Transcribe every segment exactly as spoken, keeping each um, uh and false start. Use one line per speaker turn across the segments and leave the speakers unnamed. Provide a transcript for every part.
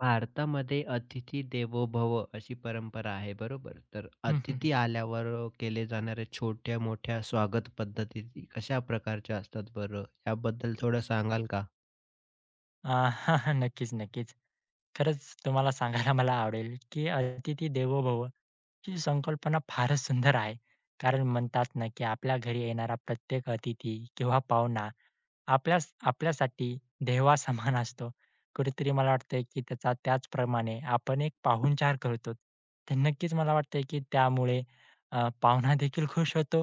भारतामध्ये अतिथी देवो भव अशी परंपरा आहे बरोबर. तर
हं, हं, हं.
अतिथी आल्यावर अ, केले जाणाऱ्या छोट्या-मोठ्या स्वागत पद्धती कशा प्रकारच्या असतात बरं? याबद्दल थोडं सांगाल का?
अ, नक्कीच, नक्कीच. खरंच तुम्हाला सांगायला मला आवडेल, की "अतिथी देवो भव" ही संकल्पना फारच सुंदर आहे. कारण म्हणतात ना, की आपल्या घरी येणारा प्रत्येक अतिथी किंवा पाहुणा आपल्यास आपल्यासाठी देवासमान असतो. कुठेतरी मला वाटतंय, की त्याचा त्याचप्रमाणे आपण एक पाहुणचार करतो. तर नक्कीच मला वाटतंय, की त्यामुळे अ, पाहुणा देखील खुश होतो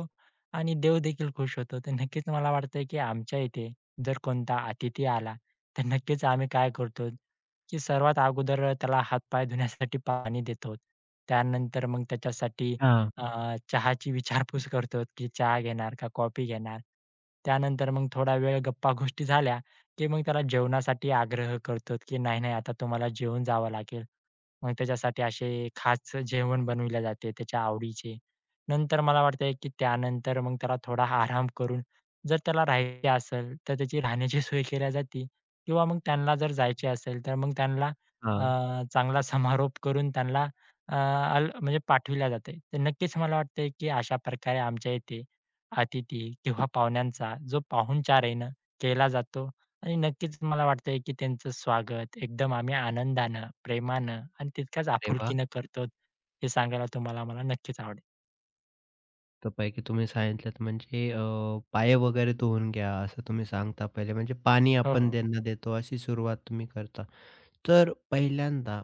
आणि देव देखील खुश होतो. तर नक्कीच मला वाटतंय, की आमच्या इथे जर कोणता अतिथी आला, तर नक्कीच आम्ही काय करतो, की सर्वात अगोदर त्याला हात धुण्यासाठी पाणी देतो. त्यानंतर मग त्याच्यासाठी
हां,
अ, चहाची विचारपूस करतो, की चहा घेणार का कॉफी घेणार? त्यानंतर मग थोडा वेळ गप्पा-गोष्टी झाल्या, की मग त्याला जेवणासाठी आग्रह करतो, की "नाही, नाही आता तुम्हाला जेवून जावं लागेल." मग त्याच्यासाठी असे खास जेवण बनविले जाते त्याच्या आवडीचे. नंतर मला वाटतंय, की त्यानंतर मग त्याला थोडा आराम करून जर त्याला राहायचे असेल, तर त्याची राहण्याची सोय केल्या जाते किंवा मग त्यांना जर जायचे असेल, तर मग त्यांना अ,
हां.
चांगला समारोप करून त्यांना अ, अल म्हणजे पाठविल्या जाते. तर नक्कीच मला वाटतंय, की अशा प्रकारे आमच्या इथे अतिथी किंवा पाहुण्यांचा जो पाहुणचार आहे ना, केला जातो आणि नक्कीच मला वाटतंय, की त्यांचं स्वागत एकदम आम्ही आनंदानं, प्रेमानं आणि तितक्याच
अरे वाह!
आपुलकीनं करतो. हे सांगायला तुम्हाला मला नक्कीच आवडेल.
मस्तपैकी तुम्ही सांगितलंत म्हणजे अ, पाय वगैरे धुवून घ्या असं तुम्ही सांगता पहिले म्हणजे पाणी
हो,
आपण
हो.
त्यांना देतो अशी सुरुवात तुम्ही करता. तर पहिल्यांदा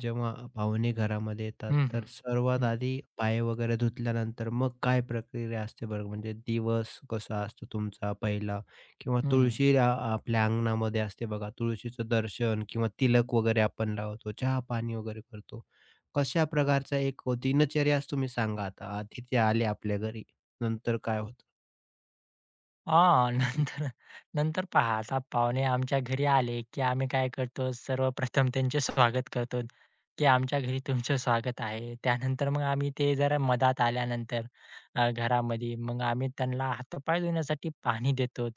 जेव्हा पाहुणे घरामध्ये येतात,
हं, हं.
तर सर्वात
हं,
आधी पाय वगैरे धुतल्यानंतर मग काय प्रक्रिया असते बरं? म्हणजे दिवस कसा असतो तुमचा पहिला? किंवा
हं, हं.
तुळशी आ आपल्या अंगणामध्ये असते बघा, तुळशीचं दर्शन किंवा तिलक वगैरे आपण लावतो, चहा-पाणी वगैरे करतो. कशा प्रकारचा एक दिनचर्याच तुम्ही सांगा आता, अतिथी आले आपल्या घरी, नंतर काय होतं?
हां. नंतर नंतर पहा आता पाहुणे आमच्या घरी आले, की आम्ही काय करतो सर्वप्रथम त्यांचे स्वागत करतो, की आमच्या घरी तुमचं स्वागत आहे. त्यानंतर मग आम्ही ते जरा मधात आल्यानंतर अ, घरामध्ये मग आम्ही त्यांना हातपाय धुण्यासाठी पाणी देतो.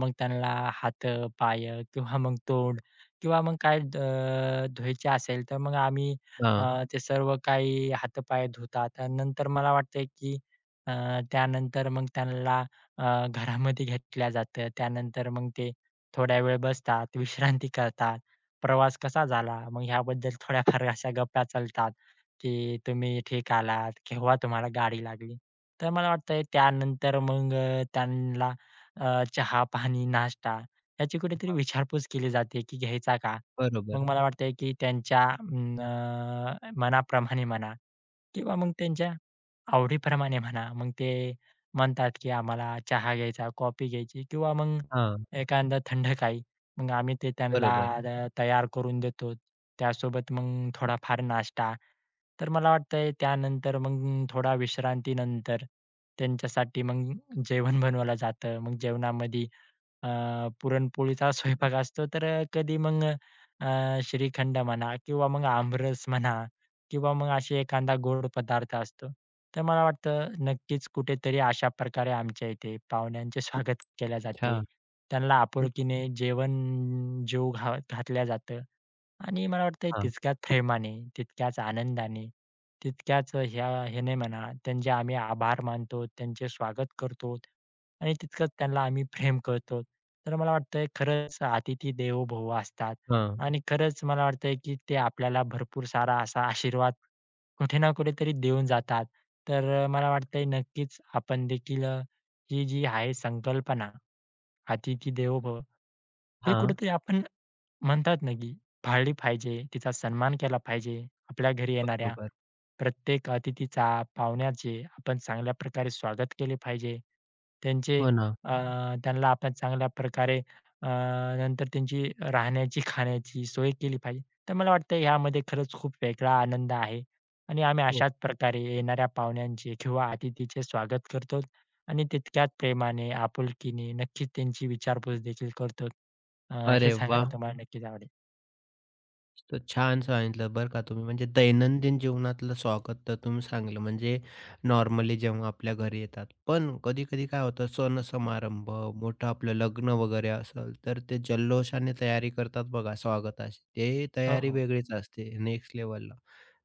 मग त्यांना हात, पाय किंवा मग तोंड किंवा मग काय द अ, धुवायचे असेल तर मग आम्ही अ,
हां,
ते सर्व काही हातपाय धुतात आणि नंतर मला वाटतंय, की अ, त्यानंतर मग त्यांना अ, घरामध्ये घेतल्या जातं. त्यानंतर मग ते थोड्या वेळ बसतात, विश्रांती करतात. प्रवास कसा झाला? मग ह्याबद्दल थोड्याफार अशा गप्पा चालतात, की तुम्ही ठीक आलात, केव्हा तुम्हाला गाडी लागली. तर मला वाटतंय त्यानंतर मग अ, त्यांना अ, चहा, पाणी, नाश्ता याची कुठेतरी
हां,
विचारपूस केली जाते, की घ्यायचा का? मग
बरोबर.
मला वाटतंय, की त्यांच्या अं, मनाप्रमाणे म्हणा किंवा मग त्यांच्या आवडीप्रमाणे म्हणा, मग ते म्हणतात, की आम्हाला चहा घ्यायचा, कॉफी घ्यायची किंवा मग
हां,
एखादं थंड काही. मग आम्ही ते त्यांना
बरोबर.
अ, तयार करून देतो. त्यासोबत मग थोडाफार नाश्ता. तर मला वाटतंय त्यानंतर मग थोडा विश्रांतीनंतर त्यांच्यासाठी मग जेवण बनवलं जातं. मग जेवणामध्ये अ, पुरणपोळीचा स्वयंपाक असतो, तर अ, कधी मग अ, श्रीखंड म्हणा किंवा मग आमरस म्हणा किंवा मग असे एखादा गोड पदार्थ असतो. तर मला वाटतं नक्कीच कुठेतरी अशा प्रकारे आमच्या इथे पाहुण्यांचे स्वागत केले जाते.
अच्छा.
त्यांना
हं,
आपुलकीने जेवण जेवू घा घातलं जातं आणि मला वाटतं
हां,
तितक्याच प्रेमाने, तितक्याच आनंदाने, तितक्याच ह्या ह्याने म्हणा त्यांचे आम्ही आभार मानतो, त्यांचे स्वागत करतो. आणि तितकंच त्यांना आम्ही प्रेम करतो. तर मला वाटतंय खरंच अतिथी देवो भव असतात
हां,
आणि खरंच मला वाटतंय, की ते आपल्याला भरपूर सारा असा आशीर्वाद कुठे ना कुठेतरी देऊन जातात. तर अ, मला वाटतंय नक्कीच आपण देखील अ, ही जी आहे संकल्पना, अतिथी देवो भव हे
हां,
कुठेतरी आपण म्हणतात ना, की पाळली पाहिजे, तिचा सन्मान केला पाहिजे. आपल्या घरी येणाऱ्या
बरोबर.
प्रत्येक अतिथीचा, पाहुण्याचे आपण चांगल्या प्रकारे स्वागत केले पाहिजे. त्यांचे
हो ना.
अ, त्यांना आपण चांगल्या प्रकारे अ, नंतर त्यांची राहण्याची, खाण्याची सोय केली पाहिजे. तर मला वाटतं ह्यामध्ये खरंच खूप वेगळा आनंद आहे आणि आम्ही
हो.
अशाच प्रकारे येणाऱ्या पाहुण्यांचे किंवा अतिथीचे स्वागत करतो आणि तितक्याच प्रेमाने, आपुलकीने नक्कीच त्यांची विचारपूस देखील करतो. अ, हे
अरे
सांगायला
वाह!
तुम्हाला नक्कीच आवडेल.
तर छान सांगितलं बरं का तुम्ही. म्हणजे दैनंदिन जीवनातलं स्वागत तर तुम्ही सांगितलं म्हणजे नॉर्मली जेव्हा आपल्या घरी येतात. पण कधी-कधी काय होतं सण-समारंभ, मोठं आपलं लग्न वगैरे असेल, तर ते जल्लोषाने तयारी करतात बघा स्वागताची. ते
हो,
तयारी
हो.
वेगळीच असते नेक्स्ट लेव्हलला.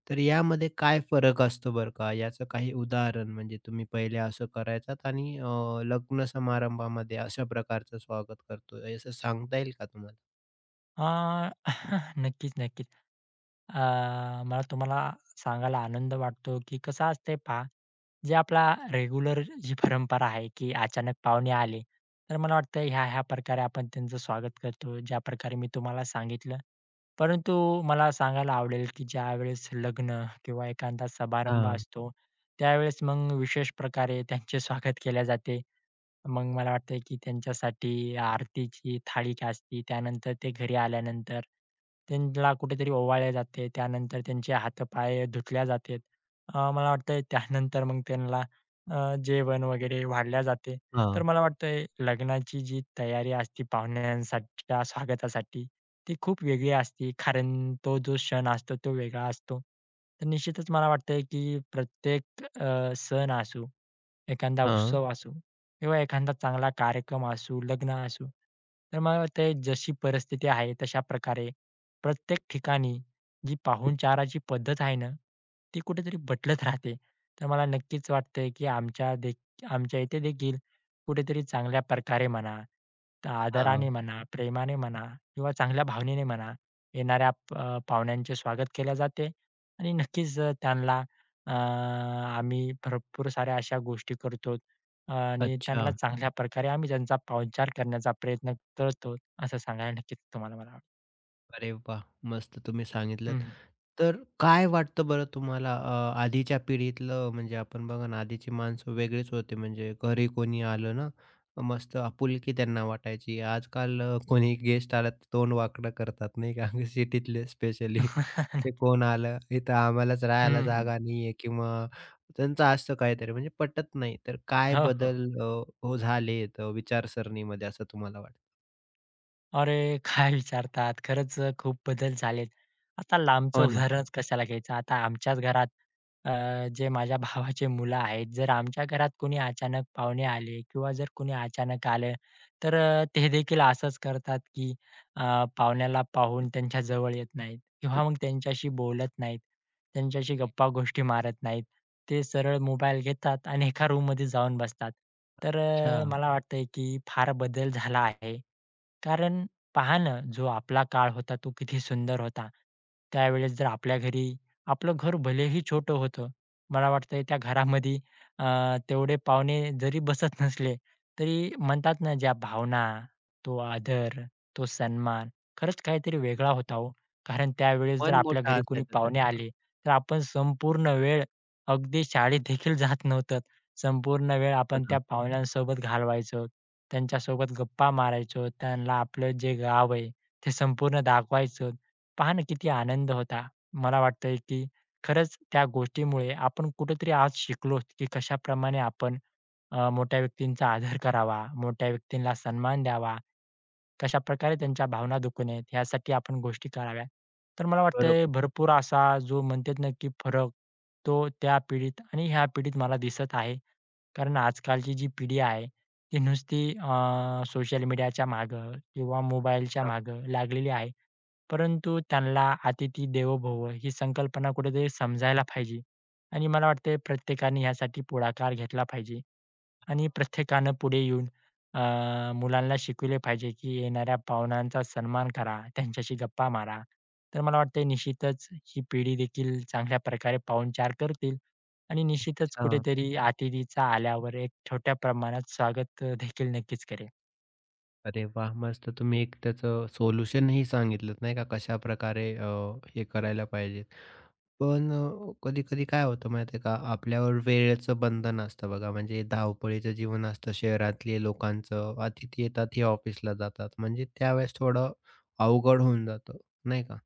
तर यामध्ये काय फरक असतो बरं का? याचं काही उदाहरण म्हणजे तुम्ही पहिले असं करायचात आणि अ, लग्न समारंभामध्ये अशा प्रकारचं स्वागत करतोय असं सांगता येईल का तुम्हाला?
अ, नक्कीच, नक्कीच. अ, मला तुम्हाला सांगायला आनंद वाटतो, की कसं असतंय पहा जे आपला रेग्युलर जी परंपरा आहे, की अचानक पाहुणे आले, तर मला वाटतं ह्या-ह्या प्रकारे आपण त्यांचं स्वागत करतो, ज्या प्रकारे मी तुम्हाला सांगितलं. परंतु मला सांगायला आवडेल, की ज्यावेळेस लग्न किंवा एखादा समारंभ
हां,
असतो, त्यावेळेस मग विशेष प्रकारे त्यांचे स्वागत केले जाते. मग मला वाटतं, की त्यांच्यासाठी आरतीची थाळी असते, त्यानंतर ते घरी आल्यानंतर त्यांना कुठेतरी ओवाळले जाते, त्यानंतर त्यांचे हातपाय धुतले जाते. अ, मला वाटतंय त्यानंतर मग त्यांना अ, जेवण वगैरे वाढल्या जाते. तर
हां,
मला वाटतंय लग्नाची जी तयारी असते पाहुण्यांसाठीच्या स्वागतासाठी, ती खूप वेगळी असते. कारण तो जो क्षण असतो तो वेगळा असतो. तर निश्चितच मला वाटतंय की प्रत्येक अ, सण असू, एखादा
हां.
उत्सव असू किंवा एखादा चांगला कार्यक्रम असू, लग्न असू, तर मला वाटतंय जशी परिस्थिती आहे तशा प्रकारे प्रत्येक ठिकाणी जी पाहुणचाराची पद्धत आहे ना, ती कुठेतरी बदलत राहते. तर मला नक्कीच वाटतंय, की आमच्या दे आमच्या इथे देखील कुठेतरी चांगल्या प्रकारे म्हणा, तर आदराने म्हणा, प्रेमाने म्हणा किंवा चांगल्या भावनेने म्हणा, येणाऱ्या प- अ, पाहुण्यांचे स्वागत केले जाते आणि नक्कीच अ, त्यांना अ, आम्ही भरपूर साऱ्या अशा गोष्टी करतो आणि
अच्छा.
त्यांना चांगल्या प्रकारे आम्ही त्यांचा पाहुणचार करण्याचा प्रयत्न करतो, असं सांगायला नक्कीच तुम्हाला मला आवडेल.
अरे वाह! मस्त तुम्ही
हं,
सांगितलंत.
हं.
तर काय वाटतं बरं तुम्हाला अ, आधीच्या पिढीतलं म्हणजे आपण बघा ना, आधीची माणसं वेगळीच होती म्हणजे घरी कोणी आलं ना, मस्त आपुलकी त्यांना वाटायची. आजकाल अ, कोणी गेस्ट आला तर तोंड वाकडं करतात नाही का? सिटीतले स्पेशली. ते कोण आलं, इथं आम्हालाच राहायला जागा नाहीये किंवा त्यांचं असतं काहीतरी म्हणजे पटत नाही. तर काय
हो, हो.
बदल अ, हो झालेत विचारसरणीमध्ये असं तुम्हाला वाटतं?
अरे, काय विचारतात. खरंच अ, खूप बदल झालेत. आता लांबचं
हो ना.
उदाहरणच कशाला घ्यायचं. आता आमच्याच घरात अ, जे माझ्या भावाचे मुलं आहेत, जर आमच्या घरात कोणी अचानक पाहुणे आले किंवा जर कोणी अचानक आलं, तर अ, ते देखील असंच करतात, की अ, पाहुण्याला पाहून त्यांच्या जवळ येत नाहीत किंवा मग त्यांच्याशी बोलत नाहीत, त्यांच्याशी गप्पा-गोष्टी मारत नाहीत. ते सरळ मोबाईल घेतात आणि एका रूममध्ये जाऊन बसतात. तर अ,
अच्छा.
मला वाटतंय, की फार बदल झाला आहे. कारण पहा ना, जो आपला काळ होता तो किती सुंदर होता. त्यावेळेस जर आपल्या घरी आपलं घर भलेही छोटं होतं. मला वाटतंय त्या घरामध्ये अ, तेवढे पाहुणे जरी बसत नसले, तरी म्हणतात ना ज्या भावना, तो आदर, तो सन्मान खरंच काहीतरी वेगळा होता हो. कारण त्यावेळेस जर
मन
आपल्या
मोठा
घरी कोणी
असायचं
पाहुणे
त्यांचं.
आले, तर आपण संपूर्ण वेळ अगदी शाळेत देखील जात नव्हतं. संपूर्ण वेळ
हो
आपण त्या
ना.
पाहुण्यांसोबत घालवायचो. त्यांच्यासोबत गप्पा मारायचो. त्यांना आपलं जे गाव आहे ते संपूर्ण दाखवायचो. पहा ना किती आनंद होता. मला वाटतंय की खरंच त्या गोष्टीमुळे आपण कुठेतरी आज शिकलो की कशाप्रमाणे आपण अ, मोठ्या व्यक्तींचा आदर करावा, मोठ्या व्यक्तींना सन्मान द्यावा, कशाप्रकारे त्यांच्या भावना दुखू नयेत यासाठी आपण गोष्टी कराव्या. तर मला वाटतंय
बरोबर.
भरपूर असा जो म्हणतात ना की फरक तो त्या पिढीत आणि ह्या पिढीत मला दिसत आहे. कारण आजकालची जी पिढी आहे, ती नुसती अ, सोशल मीडियाच्या मागं किंवा मोबाईलच्या मागं लागलेली आहे. परंतु त्यांना "अतिथी देवो भव" ही संकल्पना कुठेतरी समजायला पाहिजे आणि मला वाटतंय प्रत्येकाने ह्यासाठी पुढाकार घेतला पाहिजे आणि प्रत्येकानं पुढे येऊन अ, मुलांना शिकवले पाहिजे, की येणाऱ्या पाहुण्यांचा सन्मान करा, त्यांच्याशी गप्पा मारा. तर मला वाटतंय निश्चितच ही पिढी देखील चांगल्या प्रकारे पाहुणचार करतील आणि निश्चितच
अच्छा.
कुठेतरी अतिथीचा आल्यावर एक छोट्या प्रमाणात स्वागत अ, देखील नक्कीच करेल.
अरे वाह! मस्त तुम्ही एक त्याचं सोल्युशनही सांगितलंत नाही का कशाप्रकारे अ, हे करायला पाहिजे. पण अ, कधी-कधी काय होतं माहिती आहे का, आपल्यावर वेळेचं बंधन असतं बघा, म्हणजे धावपळीचं जीवन असतं शहरातले लोकांचं. अतिथी येतात, हे ऑफिसला जातात. म्हणजे त्यावेळेस थोडं अवघड होऊन जातं, नाही का?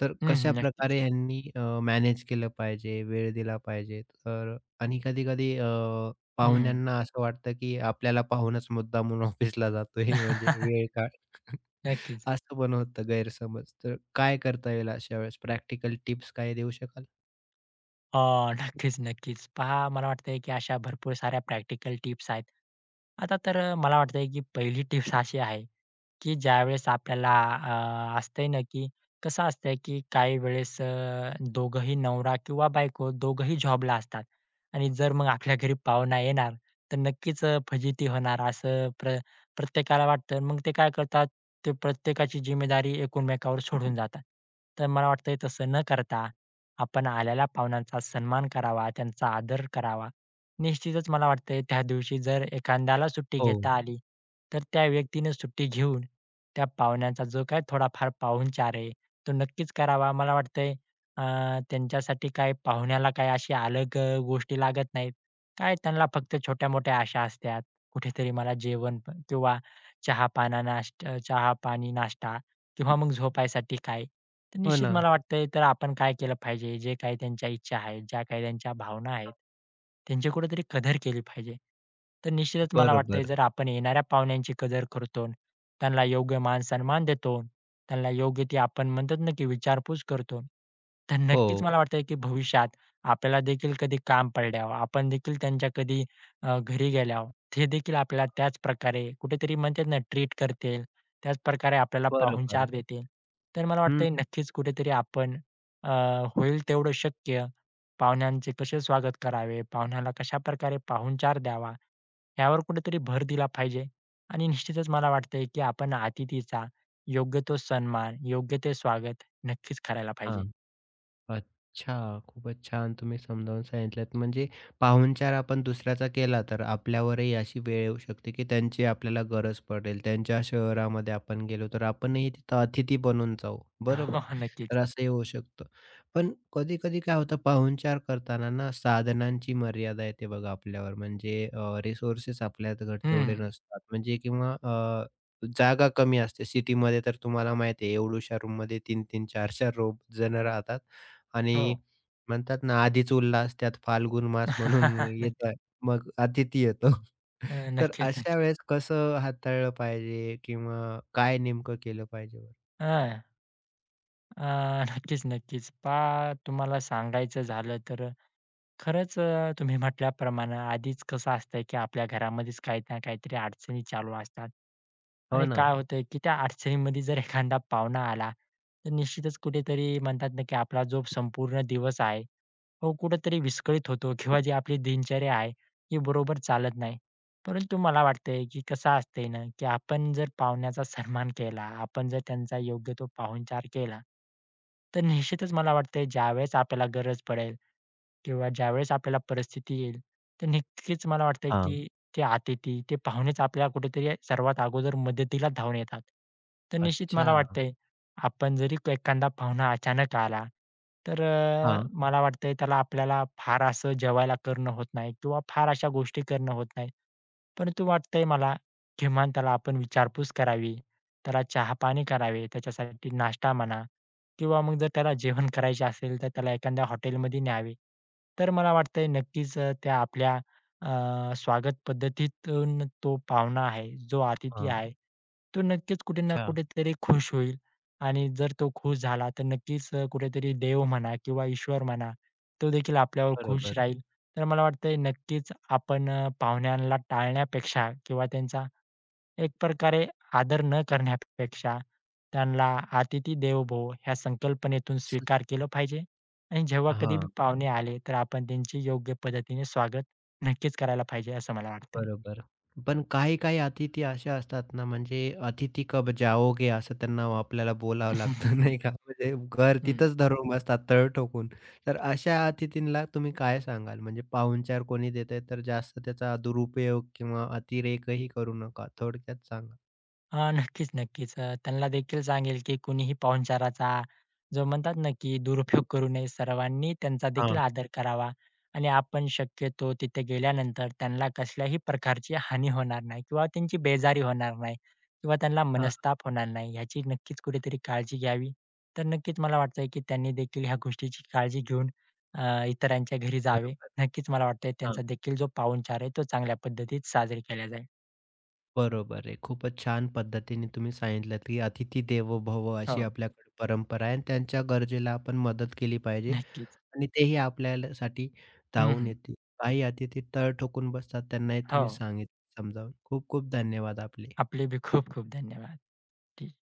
तर
हं, हं. नक्कीच.
कशाप्रकारे ह्यांनी अ, मॅनेज केलं पाहिजे, वेळ दिला पाहिजे. तर आणि कधी-कधी अ,
हं.
पाहुण्यांना असं वाटतं, की आपल्याला पाहूनच मुद्दामून ऑफिसला जातोय, म्हणजे वेळ का
नक्कीच.
असं पण होतं गैरसमज. तर काय करता येईल अशा वेळेस? प्रॅक्टिकल टिप्स काही देऊ शकाल?
अ, नक्कीच, नक्कीच. पहा मला वाटतंय की अशा भरपूर साऱ्या प्रॅक्टिकल टिप्स आहेत. आता तर अ, मला वाटतंय की पहिली टिप्स अशी आहे की ज्यावेळेस आपल्याला अ, असतंय ना, की कसं असतंय, की काही वेळेस अ, दोघंही नवरा किंवा बायको दोघंही जॉबला असतात आणि जर मग आपल्या घरी पाहुणा येणार, तर नक्कीच अ, फजिती होणार असं प्र प्रत्येकाला वाटतं. मग ते काय करतात, ते प्रत्येकाची जिम्मेदारी एकमेकावर सोडून जातात. तर मला वाटतंय तसं न करता आपण आलेल्या पाहुण्यांचा सन्मान करावा, त्यांचा आदर करावा निश्चितच मला वाटतंय त्या दिवशी जर एखाद्याला सुट्टी
हो.
घेता आली, तर त्या व्यक्तीने सुट्टी घेऊन त्या पाहुण्यांचा जो काही थोडाफार पाहुणचार आहे, तो नक्कीच करावा. मला वाटतंय अ, त्यांच्यासाठी काय पाहुण्याला काही अशी अलग अ, गोष्टी लागत नाहीत. काय त्यांना फक्त छोट्या-मोठ्या आशा असतात. कुठेतरी मला जेवण प- किंवा चहा-पाना नाश्ता चहा-पाणी, नाश्ता किंवा मग झोपायसाठी काय? तर
हो
निश्चित
ना.
मला वाटतंय तर आपण काय केलं पाहिजे, जे काही त्यांच्या इच्छा आहेत, ज्या काही त्यांच्या भावना आहेत, त्यांची कुठेतरी कदर केली पाहिजे. तर निश्चितच मला वाटतंय
बरोबर.
जर आपण येणाऱ्या पाहुण्यांची कदर करतो, त्यांना योग्य मान-सन्मान देतो, त्यांना योग्य ती आपण म्हणतात ना, की विचारपूस करतो, तर
हो.
नक्कीच मला वाटतंय, की भविष्यात आपल्याला देखील कधी काम पडल्यावर, आपण देखील त्यांच्या कधी अ, घरी गेल्यावर, ते देखील आपल्याला
हां,
त्याच प्रकारे कुठेतरी म्हणतात ना, ट्रीट करतील त्याचप्रकारे आपल्याला पाहुणचार
बरोबर.
देतील. तर मला
हं,
वाटतंय नक्कीच कुठेतरी आपण अ, होईल तेवढं शक्य पाहुण्यांचे कसे स्वागत करावे, पाहुण्याला कशाप्रकारे पाहुणचार द्यावा, यावर कुठेतरी भर दिला पाहिजे. आणि निश्चितच मला वाटतंय की आपण अतिथीचा योग्य तो सन्मान, योग्य ते स्वागत नक्कीच करायला पाहिजे.
हां. अच्छा. खूपच छान तुम्ही समजावून सांगितलत. म्हणजे पाहुणचार आपण दुसऱ्याचा केला तर आपल्यावरही अशी वेळ येऊ शकते, की त्यांची आपल्याला गरज पडेल. त्यांच्या शहरामध्ये आपण गेलो तर आपणही तिथं अतिथी बनून जाऊ. बरोबर.
हो, हो. नक्कीच.
तर असंही होऊ शकतं. पण कधी-कधी काय होतं पाहुणचार करताना ना साधनांची मर्यादा येते बघा आपल्यावर. म्हणजे रिसोर्सेस आपल्याकडे तेवढे
हं.
नसतात. म्हणजे किंवा अ, जागा कमी असते. सिटीमध्ये तर तुम्हाला माहिती आहे एवढ्याशा रूममध्ये तीन तीन, चार चार रूम जण राहतात. आणि
हो.
म्हणतात ना, "आधीच उल्हास त्यात फाल्गुन मास" म्हणून
नक्की
येतं. मग अतिथी येतो.
अ,
तर
नक्कीच,
अशा
नक्कीच.
वेळेस कसं हाताळलं पाहिजे किंवा काय नेमकं केलं पाहिजे बरं?
हां. अ, नक्कीच, नक्कीच. पहा तुम्हाला सांगायचं झालं तर खरंच अ, तुम्ही म्हटल्याप्रमाणे आधीच कसं असतंय, की आपल्या घरामध्येच काही ना काहीतरी अडचणी चालू असतात.
हो
आणि
ना.
काय होतंय, की त्या अडचणीमध्ये जर एखादा पाहुणा आला, तर निश्चितच कुठेतरी म्हणतात ना, की आपला जो संपूर्ण दिवस आहे, हो, कुठेतरी विस्कळीत होतो किंवा जी आपली दिनचर्या आहे, ही बरोबर चालत नाही. परंतु मला वाटतंय, की कसं असतंय ना, की आपण जर पाहुण्याचा सन्मान केला, आपण जर त्यांचा योग्य तो पाहुणचार केला, तर निश्चितच मला वाटतंय ज्यावेळेस आपल्याला गरज पडेल किंवा ज्यावेळेस आपल्याला परिस्थिती येईल, तर नक्कीच मला वाटतं,
हां.
की ते अतिथी, ते पाहुणेच आपल्याला कुठेतरी सर्वात अगोदर मदतीला धावून येतात. तर निश्चित मला
अच्छा.
वाटतंय आपण जरी क एखादा पाहुणा अचानक आला, तर अ,
हां.
मला वाटतंय त्याला आपल्याला फार असं जेवायला करणं होत नाही किंवा फार अशा गोष्टी करणं होत नाही. परंतु वाटतंय मला, किमान त्याला आपण विचारपूस करावी, त्याला चहा-पाणी करावे, त्याच्यासाठी नाश्ता म्हणा किंवा मग जर त्याला जेवण करायचे असेल, तर त्याला एखाद्या हॉटेलमध्ये न्यावे. तर मला वाटतंय नक्कीच अ, त्या आपल्या अ, स्वागत पद्धतीतून तो पाहुणा आहे, जो अतिथी
हां.
आहे, तो नक्कीच कुठे ना
अच्छा.
कुठेतरी खुश होईल. आणि जर तो खुश झाला तर नक्कीच अ, कुठेतरी देव म्हणा किंवा ईश्वर म्हणा, तो देखील आपल्यावर खुश
बरोबर.
राहील. तर मला वाटतंय नक्कीच आपण अ, पाहुण्यांना टाळण्यापेक्षा किंवा त्यांचा एक प्रकारे आदर न करण्यापेक्षा त्यांना "अतिथी देवो भव" ह्या संकल्पनेतून
असंच
स्वीकार केलं पाहिजे आणि जेव्हा कधी बी
हां.
पाहुणे आले तर आपण त्यांचे योग्य पद्धतीने स्वागत नक्कीच करायला पाहिजे असं मला वाटतंय.
बरोबर. पण काही-काही अतिथी अशा असतात ना, म्हणजे "अतिथी कब जाओगे?" असं त्यांना आपल्याला बोलावं लागतं नाही का? म्हणजे घर
हं.
तिथंच धरून बसतात तळ ठोकून. तर अशा अतिथींना तुम्ही काय सांगाल? म्हणजे पाहुणचार कोणी देतंय तर जास्त त्याचा दुरुपयोग किंवा अतिरेकही करू नका. थोडक्यात सांगा.
हां, नक्कीच, नक्कीच. अ, त्यांना देखील सांगेल, की कुणीही पाहुणचाराचा जो म्हणतात ना, की दुरुपयोग करू नये. सर्वांनी त्यांचा देखील
हां,
आदर करावा आणि आपण शक्यतो तिथे गेल्यानंतर त्यांना कसल्याही प्रकारची हानी होणार नाही किंवा त्यांची बेजारी होणार नाही किंवा त्यांना
हां.
मनस्ताप होणार नाही, ह्याची नक्कीच कुठेतरी काळजी घ्यावी. तर नक्कीच मला वाटतंय, की त्यांनी देखील ह्या गोष्टीची काळजी घेऊन अ, इतरांच्या घरी जावे.
बरोबर.
नक्कीच मला वाटतंय
हां,
त्यांचा देखील जो पाहुणचार आहे, तो चांगल्या पद्धतीत साजरी केला जाईल.
बरोबर आहे. खूपच छान पद्धतीने तुम्ही सांगितलंत, की "अतिथी देवो भव" अशी
हो,
आपल्याकडे परंपरा आहे आणि त्यांच्या गरजेला आपण मदत केली पाहिजे.
नक्कीच.
आणि तेही आपल्यासाठी
हं,
धावून
हं.
येतील. काही अतिथी तळ ठोकून बसतात त्यांनाही
हो.
तुम्ही सांगितलं समजावून. खूप खूप धन्यवाद आपले.
आपले बी खूप खूप धन्यवाद.